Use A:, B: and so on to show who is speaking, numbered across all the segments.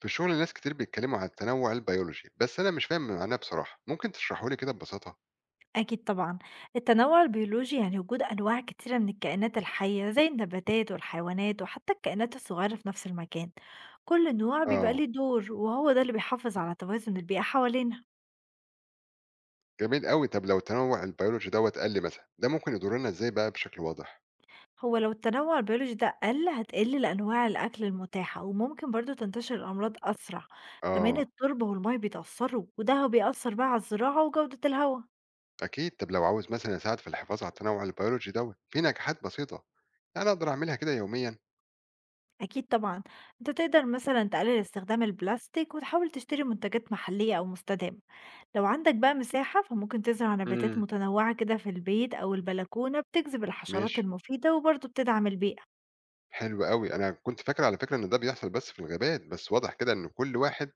A: في الشغل ناس كتير بيتكلموا عن التنوع البيولوجي، بس انا مش فاهم معناه بصراحه. ممكن تشرحه لي كده ببساطه؟
B: أكيد طبعًا، التنوع البيولوجي يعني وجود أنواع كتيرة من الكائنات الحية زي النباتات والحيوانات وحتى الكائنات الصغيرة في نفس المكان، كل نوع بيبقى ليه
A: اه،
B: دور وهو ده اللي بيحافظ على توازن البيئة حوالينا.
A: جميل قوي. طب لو التنوع البيولوجي دوت قل مثلا، ده ممكن يضرنا ازاي بقى بشكل واضح؟
B: هو لو التنوع البيولوجي ده قل هتقل أنواع الأكل المتاحة وممكن برضه تنتشر الأمراض أسرع، كمان
A: اه.
B: التربة والمَيّة بيتأثروا وده بيأثر بقى على الزراعة وجودة الهوا.
A: اكيد. طب لو عاوز مثلا اساعد في الحفاظ على التنوع البيولوجي دوت، في نجاحات بسيطه يعني انا اقدر اعملها كده يوميا؟
B: أكيد طبعًا، أنت تقدر مثلًا تقلل استخدام البلاستيك وتحاول تشتري منتجات محلية أو مستدامة. لو عندك بقى مساحة فممكن تزرع نباتات
A: امم
B: متنوعة كده في البيت أو البلكونة بتجذب الحشرات
A: ماشي.
B: المفيدة وبرضه بتدعم البيئة
A: حلو قوي، انا كنت فاكر على فكره ان ده بيحصل بس في الغابات، بس واضح كده ان كل واحد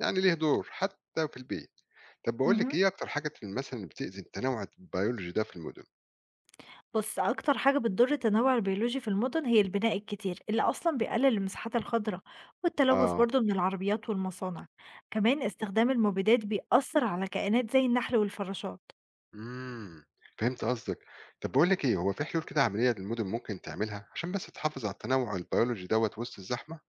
A: يعني ليه دور حتى في البيت. طب بقول لك
B: مهم.
A: ايه، اكتر حاجه مثلا بتاذي التنوع البيولوجي ده في المدن؟
B: بص أكتر حاجة بتضر التنوع البيولوجي في المدن هي البناء الكتير اللي أصلا بيقلل المساحات الخضراء والتلوث
A: اه.
B: برضه من العربيات والمصانع، كمان استخدام المبيدات بيأثر على كائنات زي النحل والفراشات.
A: إمم، فهمت قصدِك. طب باقول لِك إيه، هو في حلول كده عملية للمدن ممكن تعملها عشان بس تحافظ على التنوع البيولوجي دوّة وسط الزحمة؟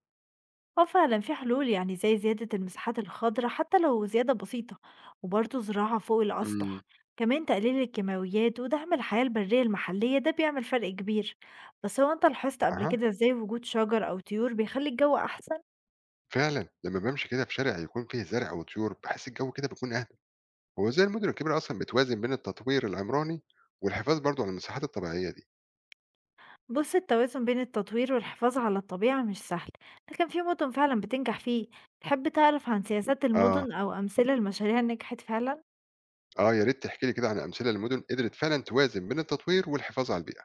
B: آه فعلا في حلول يعني زي زيادة المساحات الخضراء حتى لو زيادة بسيطة وبرضه زراعة فوق الأسطح،
A: إمم.
B: كمان تقليل الكيماويات ودعم الحياة البرية المحلية ده بيعمل فرق كبير. بس هو أنت لاحظت قبل
A: أها،
B: كده ازاي وجود شجر أو طيور بيخلي الجو أحسن؟
A: فعلًا لمّا بامشي كده في شارع يكون فيه زرع وطيور، باحس الجو كده بيكون أهدى. هو إزاي المدن الكبيرة أصلًا بتوازن بين التطوير العمراني والحفاظ برضه على المساحات الطبيعية دي؟
B: بص التوازن بين التطوير والحفاظ على الطبيعة مش سهل، لكن في مدن فعلا بتنجح فيه. تحب تعرف عن سياسات
A: آه،
B: المدن أو أمثلة المشاريع نجحت فعلا؟
A: آه، يا ريت تحكي لي كده عن أمثلة لمدن قدرت فعلًا توازن بين التطوير والحفاظ على البيئة.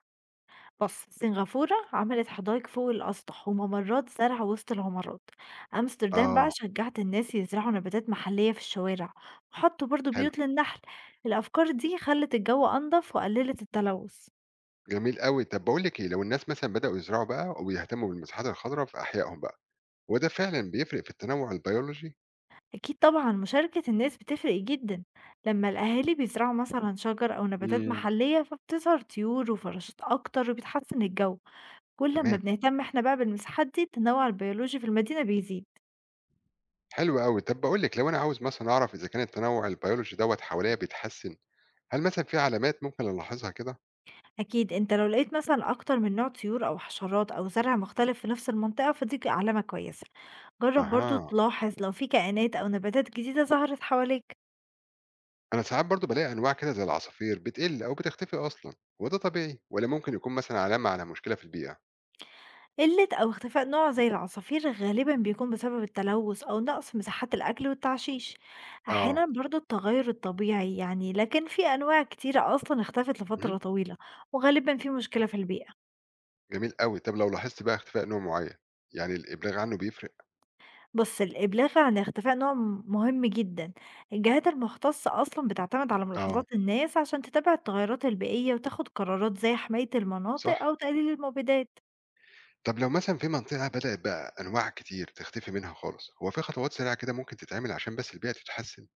B: بص سنغافورة عملت حدائق فوق الأسطح وممرات زرع وسط العمارات، أمستردام بقى
A: آه،
B: شجعت الناس يزرعوا نباتات محلية في الشوارع وحطوا برضو
A: حلو،
B: بيوت للنحل. الأفكار دي خلت الجو أنظف وقللت التلوث.
A: جميل أوي. طب باقول لِك إيه، لو الناس مثلًا بدأوا يزرعوا بقى ويهتموا بالمساحات الخضرا في أحيائهم بقى، وده فعلًا بيفرق في التنوع البيولوجي؟
B: أكيد طبعا مشاركة الناس بتفرق جدا، لما الأهالي بيزرعوا مثلا شجر أو نباتات
A: إمم.
B: محلية فبتظهر طيور وفراشات أكتر وبتحسن الجو. كل لما
A: تمام،
B: بنهتم احنا بقى بالمساحات دي التنوع البيولوجي في المدينة بيزيد.
A: حلو أوي. طب باقول لِك، لو أنا عاوز مثلًا أعرف إذا كان التنوع البيولوجي دوّة حواليّا بيتحسن، هل مثلًا في علامات ممكن ألاحظها كده؟
B: أكيد أنت لو لقيت مثلا أكتر من نوع طيور أو حشرات أو زرع مختلف في نفس المنطقة فدي علامة كويسة، جرب برضو
A: أها،
B: تلاحظ لو في كائنات أو نباتات جديدة ظهرت حواليك.
A: أنا ساعات برضه بالاقي أنواع كده زي العصافير بتقل أو بتختفي أصلًا، هو ده طبيعي والّا ممكن يكون مثلًا علامة على مشكلة في البيئة؟
B: قلة أو اختفاء نوع زي العصافير غالبا بيكون بسبب التلوث أو نقص مساحات الأكل والتعشيش،
A: آه،
B: أحيانا برضو التغير الطبيعي يعني، لكن في أنواع كتيرة أصلا اختفت
A: اهم،
B: لفترة طويلة وغالبا في مشكلة في البيئة.
A: جميل أوي. طب لو لاحظت بقى اختفاء نوع معين، يعني الإبلاغ عنه بيفرق؟
B: بُص، الإبلاغ عن اختفاء نوع مهم جدًا. الجهات المختصة أصلًا بتعتمد على
A: آه،
B: ملاحظات الناس عشان تتابع التغيرات البيئية وتاخد قرارات زي حماية
A: صح.
B: المناطق أو تقليل المبيدات.
A: طب لو مثلًا في منطقة بدأت بقى أنواع كتير تختفي منها خالص، هو في خطوات سريعة كده ممكن تتعمل عشان بس البيئة تتحسن؟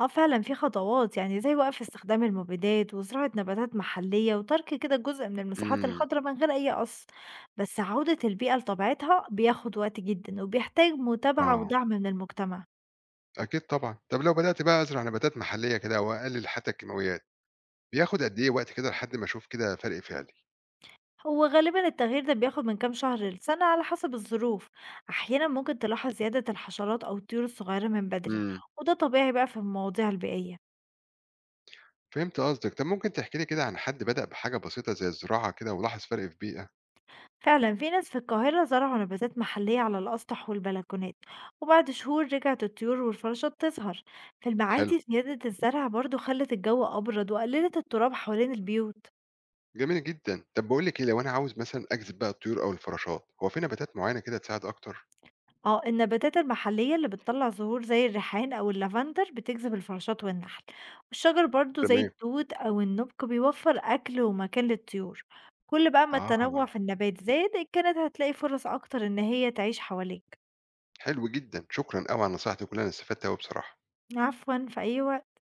B: آه فعلًا في خطوات يعني زي وقف استخدام المبيدات وزراعة نباتات محلية وترك كده جزء من المساحات
A: إمم،
B: الخضراء من غير أي قص. بس عودة البيئة لطبيعتها بياخد وقت جدًا وبيحتاج متابعة
A: آه،
B: ودعم من المجتمع.
A: أكيد طبعًا. طب لو بدأت بقى أزرع نباتات محلية كده وأقلل حتى الكيماويات، بياخد قد إيه وقت كده لحد ما أشوف كده فرق فعلي؟
B: هو غالبا التغيير ده بياخد من كام شهر لسنة على حسب الظروف، أحيانا ممكن تلاحظ زيادة الحشرات أو الطيور الصغيرة من بدري،
A: إمم،
B: وده طبيعي بقى في المواضيع البيئية.
A: فهمت قصدك. طب ممكن تحكي لي كده عن حد بدأ بحاجة بسيطة زي الزراعة كده ولاحظ فرق في بيئة؟
B: فعلا في ناس في القاهرة زرعوا نباتات محلية على الأسطح والبلكونات وبعد شهور رجعت الطيور والفراشات تظهر. في
A: حلو،
B: المعادي زيادة الزرع برضو خلت الجو أبرد وقللت التراب حوالين البيوت.
A: جميل جدًا. طب باقول لِك إيه، لو أنا عاوز مثلًا أجذب بقى الطيور أو الفراشات، هو في نباتات معينة كده تساعد أكتر؟
B: آه، النباتات المحلية اللي بتطلّع زهور زي الريحان أو اللافندر بتجذب الفراشات والنحل، والشجر برضه زي
A: تمام،
B: التوت أو النُّبْق بيوفّر أكل ومكان للطيور، كل بقى ما
A: آه.
B: التنوع في النبات زاد كانت هتلاقي فرص أكتر إن هي تعيش حواليك.
A: حلو جدًا، شكرًا أوي على النصايح دي كلها، أنا استفدت أوي بصراحة.
B: عفوًا في أي وقت.